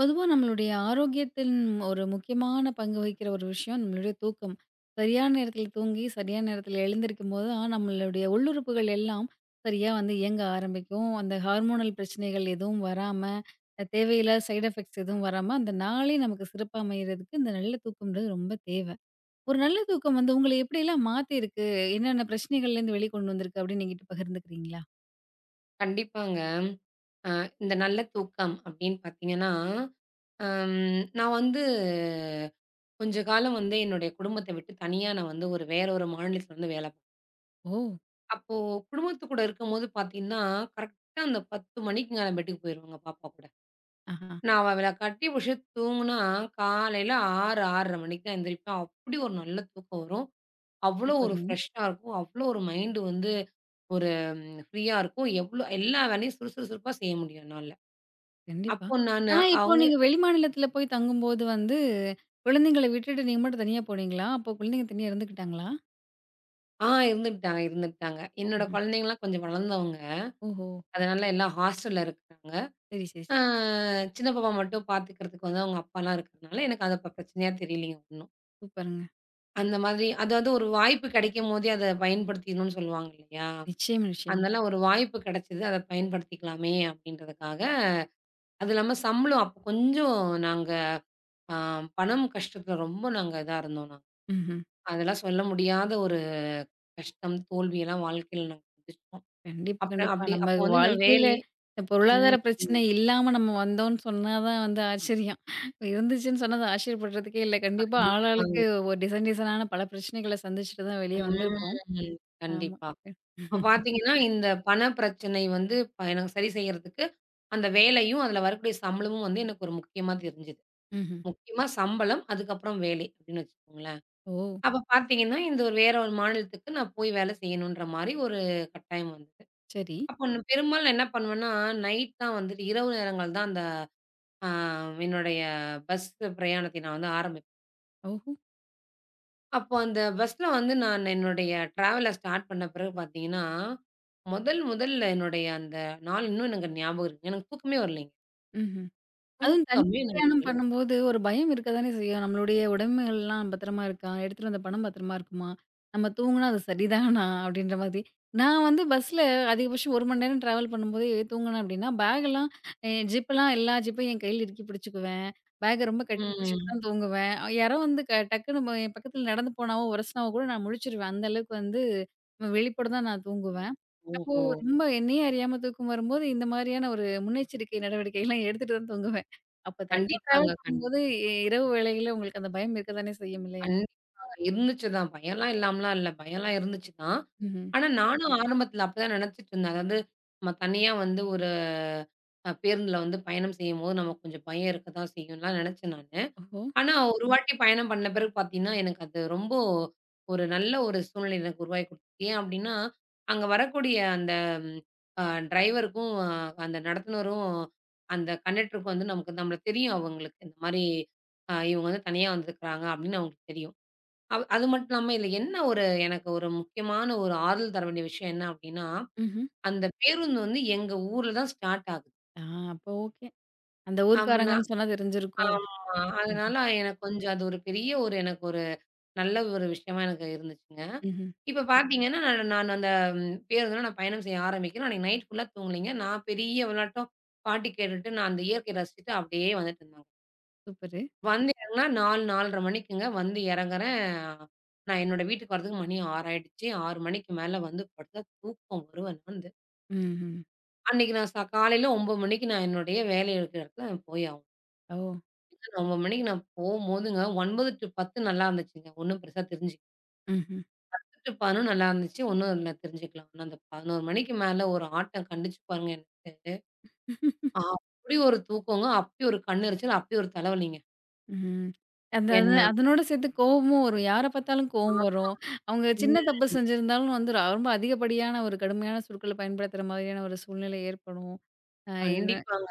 பொதுவா நம்மளுடைய ஆரோக்கியத்தின் ஒரு முக்கியமான பங்கு வகிக்கிற ஒரு விஷயம் நம்மளுடைய தூக்கம். சரியான நேரத்துல தூங்கி, சரியான நேரத்துல எழுந்திருக்கும்போது தான் நம்மளுடைய உள்ளுறுப்புகள் எல்லாம் சரியா வந்து இயங்க ஆரம்பிக்கும். அந்த ஹார்மோனல் பிரச்சனைகள் எதுவும் வராம, தேவையில்லாத சைட் எஃபெக்ட்ஸ் எதுவும் வராம, அந்த நாளே நமக்கு சிறப்பா அமையறதுக்கு இந்த நல்ல தூக்கம்ன்றது ரொம்ப தேவை. ஒரு நல்ல தூக்கம் வந்து உங்கள எப்படியெல்லாம் மாத்திருக்கு? என்னென்ன பிரச்சனைகள்லேருந்து வெளிக்கொண்டு வந்திருக்கு அப்படின்னு என்கிட்ட பகிர்ந்துக்கிறீங்களா? கண்டிப்பாங்க. அ இந்த நல்ல தூக்கம் அப்படின்னு பார்த்தீங்கன்னா, அம் நான் வந்து கொஞ்ச காலம் வந்து என்னுடைய குடும்பத்த விட்டு தனியா நான் வந்து ஒரு வேற ஒரு மாநிலத்தில வந்து வேல. ஓ! அப்போ குடும்பத்து கூட இருக்கும்போது பார்த்தீங்கன்னா, கரெக்ட்டா அந்த 10 மணிக்கு நான் பெட்டுக்கு போயிருவேங்க பாப்பா கூட. ஆஹா. நான் அவள கட்டி புடிச்சுட்டு தூங்குனா, காலையில 6, 6:30 மணிக்கு தான் எந்திரிப்பேன். அப்படி ஒரு நல்ல தூக்கம் வரும். அவ்வளோ ஒரு சூப்பருங்க. ஃப்ரெஷ்ஷா இருக்கும். அவ்வளோ ஒரு மைண்டு வந்து ஒரு ஃப்ரீயா இருக்கும். எவ்வளோ எல்லா வேலையும் சுறுசுறுசுறுப்பா செய்ய முடியும் என்னால. கண்டிப்பா. அப்போ நானு ஆனா, இப்போ அவங்க நீங்க வெளிமாநிலத்தில போய் தங்கும்போது வந்து, குழந்தைங்கள விட்டுட்டு நீங்க மட்டும் தனியா போனீங்களா? அப்போ குழந்தைங்க தனியா இருந்துக்கிட்டாங்களா? இருந்துட்டாங்க, இருந்துட்டாங்க. என்னோட ம்ஹ்ம். குழந்தைங்கலாம் கொஞ்சம் வளர்ந்தவங்க. ஓஹோ! அதனால எல்லாம் ஹாஸ்டல்ல இருக்கிறாங்க. சரி, சரி. ஆ சின்ன பாப்பா மட்டும் பார்த்துக்கிறதுக்கு வந்து அவங்க அப்பாலாம் இருக்கிறனால, எனக்கு அது இப்ப பிரச்சனையா தெரியலைங்க ஒண்ணும். சூப்பருங்க. அந்த மாதிரி அதாவது ஒரு வாய்ப்பு கிடைக்கும் போதே அத பயன்படுத்திக்கணும்னு சொல்லுவாங்க இல்லையா? நிச்சயமா, நிச்சயமா. அதனால ஒரு வாய்ப்பு கிடைச்சது. அத பயன்படுத்திக்கலாமே அப்படின்றதுக்காக, அது இல்லாம சம்பளம் அப்ப கொஞ்சம் நாங்க ஆ பணம் கஷ்டத்துல ரொம்ப நாங்க இதா இருந்தோம் நாங்க. ம்ஹ்ம். அதெல்லாம் சொல்ல முடியாத ஒரு கஷ்டம், தோல்வியெல்லாம் வாழ்க்கையில நாங்க சந்திச்சோம். கண்டிப்பா, அப்பறம் கண்டிப்பா. அப்படி நம்ம அப்போ வந்து இந்த வாழ்க்கையில வேலை. இந்த பொருளாதார ம். பிரச்சனை இல்லாம நம்ம வந்தோம்ன்னு சொன்னா தான் வந்து ஆச்சரியம். இருந்துச்சுன்னு சொன்னா அது ஆச்சரியப்படுறதுக்கே இல்ல. கண்டிப்பா ஆளாளுக்கு கண்டிப்பாங்க. ஒரு டிசைன் டிசைனான பல பிரச்சனைகள சந்திச்சுட்டு தான் வெளிய வந்திருப்போம். ம். ஆமா. கண்டிப்பா. இப்ப பார்த்தீங்கன்னா, இந்த பண பிரச்சனை வந்து எனக்கு சரி செய்யறதுக்கு, அந்த வேலையும், அதுல வரக்கூடிய சம்பளமும் வந்து எனக்கு ஒரு முக்கியமா தெரிஞ்சது. ம்ஹ்ம். முக்கியமா சம்பளம், அதுக்கப்புறம் வேலை அப்படின்னு வச்சுக்கோங்களேன். ஓ! அப்ப பார்த்தீங்கன்னா, இந்த ஒரு வேற ஒரு மாநிலத்துக்கு நான் போய் வேலை செய்யணுன்ற மாரி ஒரு கட்டாயம் வந்தது. சரி. அப்போ நான் பெரும்பாலும் என்ன பண்ணுவேன்னா, நைட் தான் வந்துட்டு இரவு நேரங்கள் தான் அந்த அ என்னுடைய பஸ் பிரயாணத்தை நான் வந்து ஆரம்பிப்பேன். ஓஹோ! அப்போ அந்த பஸ்ல வந்து நான் என்னுடைய ட்ராவல ஸ்டார்ட் பண்ண பிறகு பார்த்தீங்கன்னா, முதல் முதல்ல என்னுடைய அந்த நாள் இன்னும் எனக்கு ஞாபகம் இருக்குங்க. எனக்கு தூக்கமே வரலைங்க. ம்ஹ்ம். அதுவும் தனி தூக்கமே எனக்கு பிரயாணம் வரல. பண்ணும்போது, ஒரு பயம் இருக்கதானே செய்யும். நம்மளுடைய உடைமைகள்லாம் பத்திரமா இருக்கா? எடுத்துட்டு வந்த பணம் பத்திரமா இருக்குமா? நம்ம தூங்குனா அது சரிதானா? அப்படின்ற மாதிரி. நான் வந்து பஸ்ல அதிகபட்சம் 1 மணி நேரம் டிராவல் பண்ணும்போதே தூங்குனேன் அப்படின்னா, பேகெல்லாம் என் ஜிப்பெல்லாம் எல்லா ஜிப்பையும் என் கையில இறுக்கி பிடிச்சுக்குவேன். பேக்க ரொம்ப கட்டி பிடிச்சிட்டு ம். தான் தூங்குவேன். யாரோ வந்து டக்குன்னு என் பக்கத்துல நடந்து போனாவோ, உரசினாவோ கூட நான் முழிச்சுருவேன். அந்த அளவுக்கு வந்து வெளிப்பட தான் நான் தூங்குவேன். அப்போ ஓஹோ! ரொம்ப என்னையே அறியாம தூக்கம் வரும்போது, இந்த மாதிரியான ஒரு முன்னெச்சரிக்கை நடவடிக்கைலாம் எடுத்துட்டு தான் தூங்குவேன். அப்ப தனியா கண்டிப்பாங்க. ட்ராவல் பண்ணும்போது இரவு வேளைகள்ல உங்களுக்கு அந்த பயம் இருக்க தானே செய்யும் இல்லையா? கண்டிப்பா இருந்துச்சு தான். பயம்லாம் இல்லாமலாம் இல்ல. பயம்லாம் இருந்துச்சு தான். ம்ஹ்ம். ஆனா நானும் ஆரம்பத்தில அப்பதான் நினைச்சுட்டு இருந்தேன். அதாவது நம்ம தனியா வந்து ஒரு பேருந்தில வந்து பயணம் செய்யும்போது நமக்கு கொஞ்சம் பயம் இருக்க தான் செய்யும்லாம் நினைச்சேன் நானு. ஓஹோ! ஆனா, ஒரு வாட்டி பயணம் பண்ண பிறகு பார்த்தீங்கன்னா, எனக்கு அது ரொம்ப ஒரு நல்ல ஒரு சூழ்நிலை எனக்கு உருவாக்கி குடுத்துச்சு. ஏன் அப்டின்னா, அங்க வரக்கூடிய அந்த அ டிரைவருக்கும், அந்த நடத்துனரும், அந்த கண்டக்டருக்கும் வந்து நமக்கு நம்மள தெரியும் அவங்களுக்கு. இந்த மாரி இவங்க வந்து தனியா வந்திருக்கிறாங்க அப்டின்னு அவங்களுக்கு தெரியும். அது மட்டும் இல்லாம இதுல என்ன ஒரு எனக்கு ஒரு முக்கியமான ஒரு ஆறுதல் தர வேண்டிய விஷயம் என்ன அப்டின்னா, ம்ஹ்ம். அந்த பேருந்து வந்து எங்க ஊர்ல தான் ஸ்டார்ட் ஆகுது. ஆ அப்ப ஓகே. அந்த அப்ப நான் ஊர்க்காரங்கன்னு சொன்னா தெரிஞ்சிருக்கும். ஆமா. ம்ஹ்ம். அதனால எனக்கு கொஞ்சம் அது ஒரு பெரிய ஒரு எனக்கு ஒரு நல்ல ஒரு விஷயமா எனக்கு இருந்துச்சுங்க. ம்ஹ்ம். இப்ப பார்த்தீங்கன்னா, நான் நான் அந்த பேருந்துல நான் பயணம் செய்ய ஆரம்பிக்கிறேன். அன்னைக்கு நைட் ஃபுல்லா தூங்கலைங்க. நான் பெரிய வெளாட்டம் பாட்டு கேட்டுட்டு, நான் அந்த இயற்கைய ரசிச்சுட்டு அப்படியே வந்துட்டு இருந்தாங்க. சூப்பரு. வந்து இறங்குனா 4, 4:30 மணிக்குங்க வந்து இறங்குறேன். நான் என்னோட வீட்டுக்கு வரதுக்கு மணி 6 ஆயிடுச்சு. 6 மணிக்கு மேல வந்து படுத்தா தூக்கம் வரும் வந்து. ம்ஹ்ம். அன்னைக்கு நான் காலையில 9 மணிக்கு நான் என்னுடைய வேலை இருக்கிற இடத்துல போய் ஆவணும். ஓ! 9:00 மணிக்கு நான் போம்போதுங்க, 9 டூ 10 நல்லா இருந்துச்சுங்க. ஒண்ணும் பெருசா தெரிஞ்சுக்கல. ம்ஹ்ம். 10 டூ 11 நல்லா இருந்துச்சு. ஒண்ணும் நான் தெரிஞ்சுக்கல. ஆனா, அந்த 11:00 மணிக்கு மேல ஒரு ஆட்டம் கண்டுச்சு பாருங்க எனக்கு. அப்படி ஒரு தூக்கங்க. அப்படி ஒரு கண்ணெரிச்சல், அப்படி ஒரு தலைவலிங்க. ம். அந்த அது என்னம்மா. அதனோட சேர்த்து கோவமும் வரும். யார பார்த்தாலும் கோவம் வரும். அவங்க சின்ன ம். தப்பு செஞ்சிருந்தாலும் வந்து ரொம்ப அதிகப்படியான ஒரு கடுமையான சொற்கள பயன்படுத்துற மாதிரியான ஒரு சூழ்நிலை ஏற்படும். அ கண்டிப்பாங்க.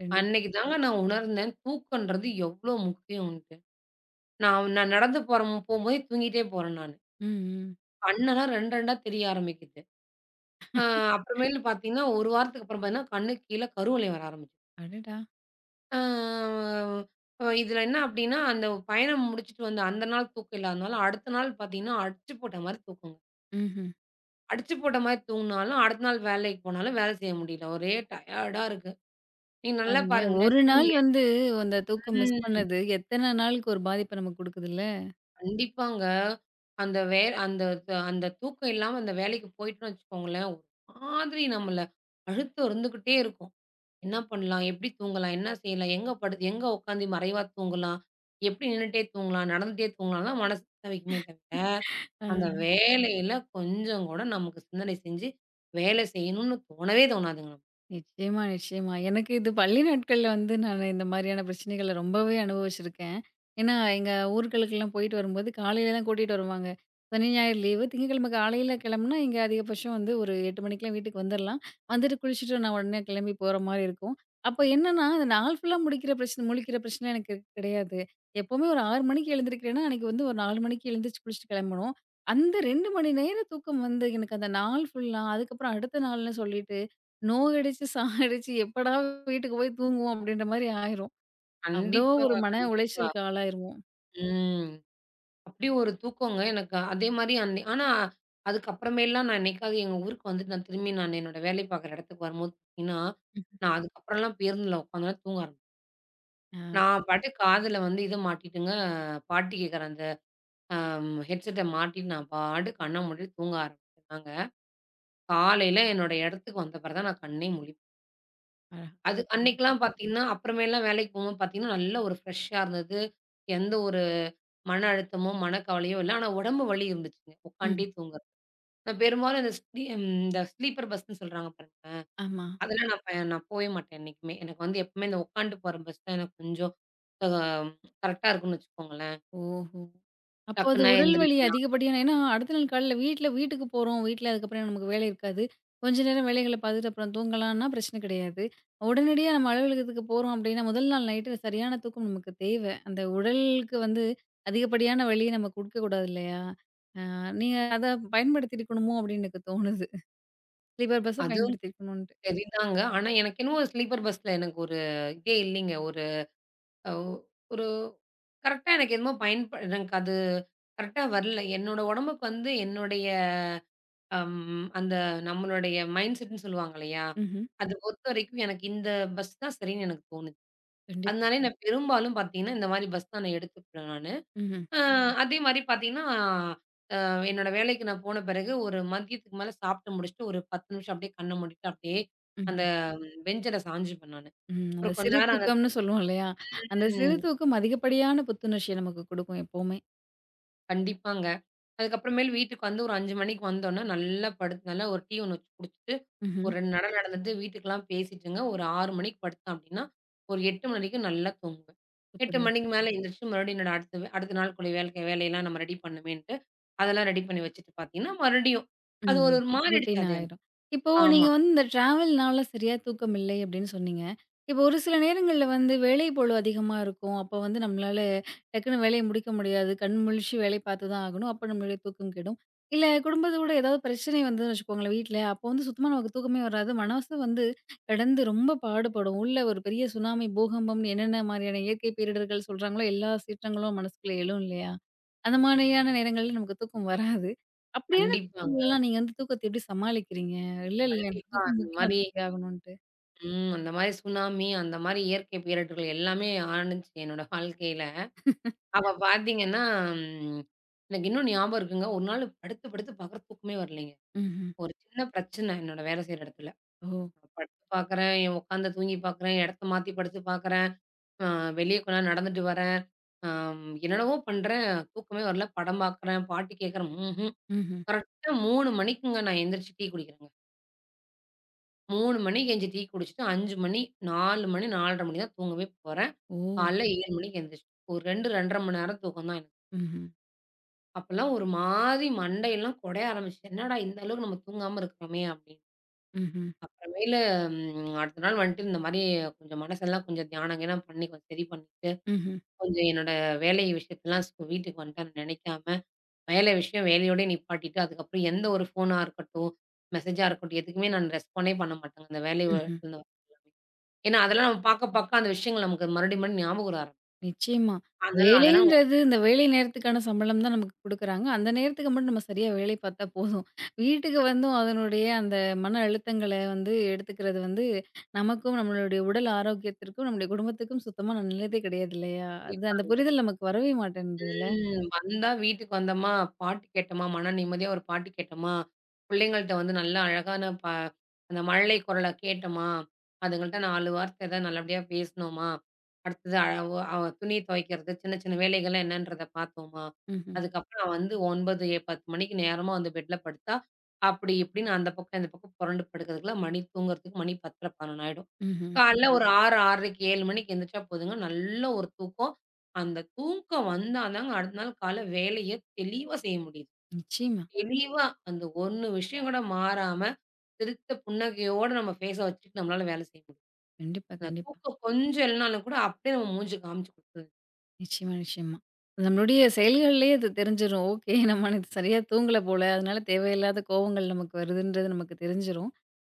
கண்டிப்பா. அன்னைக்கு தாங்க நான் உணர்ந்தேன், தூக்கன்றது எவ்ளோ முக்கியம்ன்ட்டு. நான் நான் நடந்து போற போம்போதே தூங்கிட்டே போறேன் நானு. ம், ம். கண்ணெல்லாம் 2 2டா தெரிய ஆரம்பிக்குது. அ அப்புறமேலு பார்த்தீங்கன்னா, ஒரு வாரத்துக்கு அப்புறம் பார்த்தீங்கன்னா, கண்ணுக்கு கீழ கருவளையம் வர ஆரம்பிச்சுருச்சு. அடடா! ஆ, இதில என்ன அப்டின்னா, அந்த பயணம் முடிச்சுட்டு வந்த அந்த நாள் தூக்கம் இல்லாதனால, அடுத்த நாள் பார்த்தீங்கன்னா, அடிச்சு போட்ட மாரி தூக்கங்க. ம்ஹ்ம். அடிச்சு போட்ட மாரி தூங்குனாலும், அடுத்த நாள் வேலைக்கு போனாலும் வேலை செய்ய முடியல. ஒரே டயர்டா இருக்கு. நீங்க நல்லா பாருங்களேன். பாருங்களேன், ஒரு நாள் தூங்கி. வந்து அந்த தூக்கம் மிஸ் ம். பண்ணது, எத்தன நாளுக்கு ஒரு பாதிப்ப நமக்கு குடுக்குதுல்ல? கண்டிப்பாங்க. அந்த தூக்கம் இல்லாம அந்த வேலைக்கு போயிட்டோம்னு வச்சுக்கோங்களேன், ஒரு மாதிரி நம்மள அழுத்தம் இருந்துகிட்டே இருக்கும். என்ன பண்ணலாம்? எப்படி தூங்கலாம்? என்ன செய்யலாம்? எங்க உட்காந்து மறைவா தூங்கலாம்? எப்படி நின்னுட்டே தூங்கலாம்? நடந்துட்டே தூங்கலாம்லாம் மனசு தவிக்குமே தவிர, அ. அந்த வேலையில கொஞ்சம் கூட நமக்கு சிந்தனை செஞ்சு வேலை செய்யணும்னு தோணவே தோணாதுங்க. நிச்சயமா, நிச்சயமா. எனக்கு இது பள்ளி நாட்கள்ல வந்து நானு இந்த மாரியான பிரச்சனைகள ரொம்பவே அனுபவிச்சிருக்கேன். ஏன்னா, எங்க ஊர்களுக்கெல்லாம் போயிட்டு வரும்போது காலையில தான் கூட்டிட்டு வருவாங்க. சனி, ஞாயிறு லீவு. திங்கட்கிழமை காலையில கிளம்புனா, இங்க அதிகபட்சம் வந்து ஒரு 8 மணிக்கெல்லாம் வீட்டுக்கு வந்துரலாம். வந்துட்டு குளிச்சுட்டு நான் உடனே கிளம்பி போற மாரி இருக்கும். அப்ப என்னன்னா, அந்த நாள் ஃபுல்லா முடிக்கிற பிரச்சனை முழிக்கிற பிரச்சனை எனக்கு கிடையாது. எப்பவுமே ஒரு 6 மணிக்கு எழுந்திரிக்கிறேன்னா, அன்னைக்கு வந்து ஒரு 4 மணிக்கு எழுந்திரிச்சு குளிச்சுட்டு கிளம்பணும். அந்த 2 மணி நேரம் தூக்கம் வந்து எனக்கு அந்த நாள் ஃபுல்லா, அதுக்கப்புறம் அடுத்த நாள்ன்னு சொல்லிட்டு நோக அடிச்சு, சாகடிச்சு எப்படா வீட்டுக்கு போய் தூங்குவோம் அப்படின்ற மாரி ஆயிரும். அவ்ளோ ஒரு கண்டிப்பாங்க, மன கண்டிப்பா. உளைச்சலுக்கு ஆளாயிருவோம். ம். அப்படி ஒரு தூக்கங்க எனக்கு. அதே மாரி அன்னை ஆனா அதுக்கப்புறமேலாம் நான் என்னைக்காவது எங்க ஊருக்கு வந்துட்டு நான் திரும்பி நான் என்னோட வேலை பார்க்குற இடத்துக்கு வரும்போது பார்த்தீங்கன்னா, ம். நான் அதுக்கப்புறம்லாம் பேருந்துல உட்காந்தோன தூங்க ஆரம்பிச்சேன். ஆ நான் பாட்டுக்கு காதுல வந்து இத மாட்டிட்டுங்க, பாட்டு கேட்குறேன் அந்த ஹெட்செட்ட மாட்டிட்டு நான் பாட்டுக்கு கண்ண மூடிட்டு தூங்க ஆரம்பிச்சுட்டாங்க. காலையில என்னோட இடத்துக்கு வந்த பிறகு தான் நான் கண்ணே முழிப்பேன். அழகா அது சூப்பருங்க. அன்னைக்கெல்லாம் பார்த்தீங்கன்னா, அப்புறமேலாம் வேலைக்கு போகும்போது பார்த்தீங்கன்னா, நல்ல ஒரு ஃப்ரெஷ்ஷா இருந்தது. எந்த ஒரு மன அழுத்தமோ, மனக்கவலையோ இல்ல. ஆனா உடம்பு வலி இருந்துச்சுங்க. ம். உட்காண்டே தூங்குறது. நான் பெரும்பாலும் இந்த இந்த ஸ்லீப்பர் பஸ்ன்னு சொல்றாங்க பாருங்க. ஆமா. அதெல்லாம் நான் போவே மாட்டேன் என்னைக்குமே. எனக்கு வந்து எப்பவுமே இந்த உட்காண்டு போற பஸ் தான் எனக்கு கொஞ்சம் அ கரெக்ட்டா இருக்கும்னு வச்சுக்கோங்களேன். ஓஹோ! அப்போ அது டக்குன்னா உடல் வலி எந்திரிக்கலாம். அதிகப்படியான ஏன்னா அடுத்த நாள் காலையில வீட்ல வீட்டுக்கு போறோம். வீட்ல அதுக்கப்புறம் நமக்கு வேலை இருக்காது. கொஞ்ச நேரம் வேலைகள பார்த்துட்டு அப்புறம் தூங்கலான்னா பிரச்சனை கிடையாது. உடனடியா நம்ம அலுவலகத்துக்கு போறோம் அப்படின்னா, முதல் நாள் நைட்டு சரியான தூக்கம் நமக்கு தேவ. அந்த உடலுக்கு வந்து அதிகப்படியான வலிய நம்ம குடுக்கக்கூடாது இல்லையா? நீங்க அத பயன்படுத்தியிருக்கணுமோ அப்படின்னு எனக்கு தோணுது. ஸ்லீப்பர் பஸ்ஸ அது பயன்படுத்தியிருக்கணுன்ட்டு. சரிதாங்க. ஆனா, எனக்கு என்னமோ ஸ்லீப்பர் பஸ்ல எனக்கு ஒரு இதே இல்லீங்க. ஒரு அ ஒரு கரெக்ட்டா எனக்கு என்னமோ எனக்கு அது கரெக்ட்டா வரல. என்னோட உடம்புக்கு வந்து என்னுடைய அம் அந்த நம்மளுடைய மைண்ட் செட்ன்னு சொல்லுவாங்க இல்லையா? ம்ஹ்ம். அது பொறுத்தவரைக்கும் எனக்கு இந்த பஸ் தான் சரின்னு எனக்கு தோணுது. கண்டிப்பா. அதனாலே நான் பெரும்பாலும் பார்த்தீங்கன்னா, இந்த மாரி பஸ் தான் நான் எடுத்துப்பேன் நானு. ம்ஹ்ம். அ அதே மாரி பார்த்தீங்கன்னா, என்னோட வேலைக்கு நான் போன பிறகு ஒரு மதியத்துக்கு மேல சாப்பிட்டு முடிச்சுட்டு, ஒரு 10 நிமிஷம் அப்படியே கண்ண மூடிட்டு அப்படியே அந்த ம்ஹ்ம். பெஞ்சில சாஞ்சுப்பேன் நானு. ம். அந்த அப்புறம் கொஞ்ச சிறு நேரம் அங்க. தூக்கம்னு சொல்லுவோம் இல்லையா? அந்த சிறு ம். தூக்கம் அதிகப்படியான புத்துணர்ச்சிய நமக்கு குடுக்கும் எப்பவுமே. கண்டிப்பாங்க. அதுக்கப்புறமேல் வீட்டுக்கு வந்து ஒரு 5:00 மணிக்கு வந்தோனே, நல்லா படுத்து நல்லா ஒரு டீ ஒண்ணு வச்சு குடிச்சுட்டு, ம்ஹ்ம். ஒரு 2 நடந்துட்டு வீட்டுக்கெல்லாம் பேசிட்டுங்க, ஒரு 6:00 மணிக்கு படுத்தேன் அப்டின்னா, ஒரு 8:00 மணி வரைக்கும் நல்லா தூங்குவேன். 8:00 சூப்பருங்க. மணிக்கு மேல எந்திரிச்சு மறுபடியும் என்னோட அடுத்த நாளுக்குள்ள வேலைக்கு வேலையெல்லாம் நம்ம ரெடி பண்ணணுமேன்ட்டு, அதெல்லாம் ரெடி பண்ணி வச்சுட்டு பார்த்தீங்கன்னா, மறுபடியும் அது ம். ஒரு ஒரு மாறிடுச்சு ரொட்டீன் அது எனக்கு. ஆயிரும். இப்போ நீங்க ஆமா. வந்து இந்த ட்ராவல்னால சரியா தூக்கம் இல்லை அப்படின்னு சொன்னீங்க. இப்போ ஒரு சில நேரங்கள்ல வந்து வேலை பளு அதிகமா இருக்கும். அப்போ வந்து நம்மளால டக்குனு வேலைய முடிக்க முடியாது. கண் முழிச்சு வேலை பார்த்து தான் ஆகணும். அப்போ நம்மளுடைய தூக்கம் கெடும். இல்ல குடும்பத்தோட ஏதாவது பிரச்சனை வந்ததுன்னு வச்சுக்கோங்களேன் வீட்ல, அப்போ வந்து சுத்தமா நமக்கு தூக்கமே வராது. மனசு வந்து கடந்து ரொம்ப பாடுபடும். உள்ள ஒரு பெரிய சுனாமி, பூகம்பம்னு என்னென்ன மாரியான இயற்கை பேரிடர்கள் சொல்றாங்களோ எல்லா சீற்றங்களும் மனசுக்குள்ள எழும் இல்லையா? அந்த மாதிரியான நேரங்கள்ல நமக்கு தூக்கம் வராது. அப்படியே கண்டிப்பாங்க. எல்லாம் நீங்க வந்து தூக்கத்த எப்படி சமாளிக்கிறீங்க? இல்ல, இல்ல எனக்கு கண்டிப்பா தூக்கம் அந்த முக்கியம். மாரி. அது ஆகணுன்ட்டு. ம். அந்த மாரி சுனாமி, அந்த மாரி இயற்கை பேரிடர்கள் எல்லாமே ஆனுச்சு என்னோட வாழ்க்கையில. அவ பாத்தீங்கன்னா, ம் எனக்கு இன்னும் ஞாபகம் இருக்குங்க. ஒரு நாள் படுத்து, படுத்து பாக்குறேன் தூக்கமே வரலைங்க. ம்ஹ்ம். ஒரு சின்ன பிரச்சன என்னோட வேலை செய்ற இடத்துல. ஓ! நான் படுத்து பாக்குறேன், என் உட்காந்து தூங்கி பாக்குறேன், இடத்த மாத்தி படுத்து பாக்குறேன், அ வெளிய கொஞ்ச நேரம் நடந்துட்டு வரேன், என்னென்னவோ பண்றேன், தூக்கமே வரல. படம் பாக்குறேன், பாட்டு கேக்குறேன், ம்ஹ்ம். ம்ஹ்ம். கரெக்ட்டா 3 மணிக்குங்க நான் எந்திரிச்சு டீ குடிக்கிறேங்க. 3 மணிக்கு எந்திச்சு டீ குடிச்சுட்டு 5 மணி, 4 மணி, 4:30 மணி தான் தூங்கவே போறேன். ஓ! காலைல 7 மணிக்கு எந்திரிச்சு ஒரு 2, 2:30 மணி நேரம் தூக்கம் தான் எனக்கு. ம்ஹ்ம். அப்பல்லாம் ஒரு மாரி மண்டையெல்லாம் குடைய ஆரம்பிச்சுச்சு. என்னடா இந்த அளவுக்கு நம்ம தூங்காம இருக்கிறோமே அப்படின்னு. ம்ஹ்ம். அப்புறமேலு அடுத்த நாள் வந்துட்டு இந்த மாரி கொஞ்சம் மனசெல்லாம் கொஞ்சம் தியானம் கியானம் பண்ணி கொஞ்சம் சரி பண்ணிட்டு, ம்ஹ்ம். கொஞ்சம் என்னோட வேலை விஷயத்தலாம் வீட்டுக்கு வந்துட்டேன்னு நினைக்காம, வேலை விஷயம் வேலையோடயே நிப்பாட்டிட்டு, அதுக்கப்புறம் எந்த ஒரு ஃபோனா இருக்கட்டும், மெசேஜா இருக்கட்டும், எதுக்குமே நான் ரெஸ்பாண்டே பண்ண மாட்டேங்க. அந்த வேலை ம்ஹ்ம். இடத்துல இருந்து வர எல்லாமே. ஏன்னா அதெல்லாம் நம்ம பார்க்க பார்க்க அந்த விஷயங்கள் நமக்கு மறுபடியும் மறுபடியும் ஞாபகம் வர ஆரம்பிக்கும். நிச்சயமா. அதனால அதெல்லாம். வேலைன்றது இந்த வேலை நேரத்துக்கான சம்பளம் தான் நமக்கு குடுக்குறாங்க. அந்த நேரத்துக்கு மட்டும் நம்ம சரியா வேலை பார்த்தா போதும். வீட்டுக்கு வந்தும் அதனுடைய அந்த மன அழுத்தங்கள வந்து எடுத்துக்கிறது வந்து நமக்கும், நம்மளுடைய உடல் ஆரோக்கியத்திற்கும், நம்முடைய குடும்பத்துக்கும் சுத்தமா நல்லதே கிடையாது இல்லையா? அது அந்த கண்டிப்பாங்க. புரிதல் நமக்கு வரவே மாட்டேன்து இல்ல? ம். வந்தா வீட்டுக்கு வந்தோமா, பாட்டு கேட்டோமா, மன நிம்மதியா ஒரு பாட்டு கேட்டோமா, பிள்ளைங்கள்ட்ட வந்து நல்ல அழகான அந்த மழலை குரல கேட்டோமா, அதுங்கள்ட்ட 4 வார்த்தை ஏதாவது நல்லபடியா பேசினோமா, அடுத்தது அ ஒ அ துணி துவைக்கிறது, சின்ன சின்ன வேலைகள்லாம் என்னன்றத பார்த்தோமா, ம்ஹ்ம். அதுக்கப்புறம் வந்து 9, 10 மணிக்கு நேரமா வந்து பெட்ல படுத்தா, அப்படி இப்படின்னு அந்த பக்கம் இந்த பக்கம் புரண்டு படுக்கிறதுக்குள்ள மணி தூங்குறதுக்கு மணி 10:30, 11 ஆயிடும். ம்ஹ்ம். காலைல ஒரு 6, 6:30க்கு 7 மணிக்கு எந்திரிச்சா போதுங்க. நல்ல ஒரு தூக்கம். அந்த தூக்கம் வந்தா தாங்க அடுத்த நாள் கால்ல வேலைய தெளிவா செய்ய முடியுது. நிச்சயமா. தெளிவா அந்த ஒண்ணு விஷயம் கூட மாறாம, சிரித்த புன்னகையோட நம்ம ஃபேஸ வச்சுட்டு நம்மளால வேலை செய்ய முடியும். கண்டிப்பா, அந்த கண்டிப்பா. தூக்கம் கொஞ்சம் இல்லனாலும் கூட அப்படியே நம்ம மூஞ்சு காமிச்சு குடுத்துருது. நிச்சயமா, நிச்சயமா. நம்மளுடைய செயல்கள்லயே அது தெரிஞ்சிரும். ஓகே நம்ம நேத்து சரியா தூங்கல போல, அதனால தேவையில்லாத கோவங்கள் நமக்கு வருதுன்றது நமக்கு தெரிஞ்சிரும்.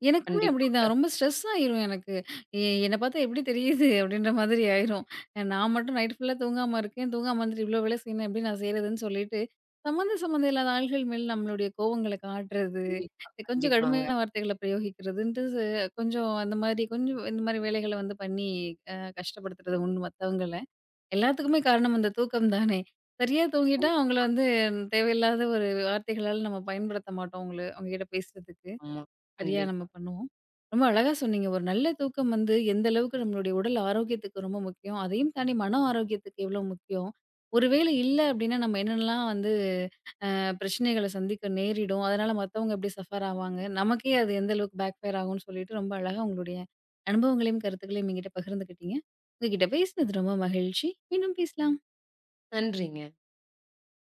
எனக்குமே அப்படிதான். கண்டிப்பாங்க. ரொம்ப ஸ்ட்ரெஸ் ஆயிரும் எனக்கு. எ என்ன பார்த்தா எப்படி தெரியுது? அப்படின்ற மாதிரி ஆயிரும். நான் மட்டும் நைட் ஃபுல்லா தூங்காம இருக்கேன். தூங்காம வந்துட்டு இவ்ளோ வேலை செய்யணும் எப்படி நான் செய்றதுன்னு சொல்லிட்டு, சம்மந்தம் சம்மந்தம் இல்லாத ஆள்கள் மேல் நம்மளுடைய கோவங்கள காட்டுறது, கண்டிப்பா, கொஞ்சம் கண்டிப்பாங்க. கடுமையான வார்த்தைகள பிரயோகிக்கிறதுன்ட்டு கொஞ்சம் அந்த மாரி கொஞ்சம் இந்த மாரி வேலைகள வந்து பண்ணி கஷ்டப்படுத்துறது உண்டு மத்தவங்கள. எல்லாத்துக்குமே காரணம் அந்த தூக்கம் தானே! சரியா தூங்கிட்டா அவங்கள வந்து தேவையில்லாத ஒரு வார்த்தைகளால நம்ம பயன்படுத்த மாட்டோம். அவங்கள அவங்ககிட்ட பேசுறதுக்கு. ஆமா. சரியா நம்ம கண்டிப்பா. பண்ணுவோம். ரொம்ப அழகா சொன்னீங்க. ஒரு நல்ல தூக்கம் வந்து எந்த அளவுக்கு நம்மளுடைய உடல் ஆரோக்கியத்துக்கு ரொம்ப முக்கியம். அதையும் தாண்டி மன ஆரோக்கியத்துக்கு எவ்ளோ முக்கியம். ஒரு வேளை இல்ல அப்டின்னா நம்ம என்னென்னலாம் வந்து பிரச்சனைகள சந்திக்க நேரிடும். அதனால மத்தவங்க எப்டி சஃபர் ஆவாங்க. நமக்கே அது எந்த அளவுக்கு பேக் ஃபயர் ஆகும்னு சொல்லிட்டு ரொம்ப அழகா உங்களுடைய அனுபவங்களையும், கருத்துக்களையும் என்கிட்ட பகிர்ந்துக்கிட்டீங்க. உங்ககிட்ட பேசினது ரொம்ப மகிழ்ச்சி. மீண்டும் பேசலாம். நன்றிங்க.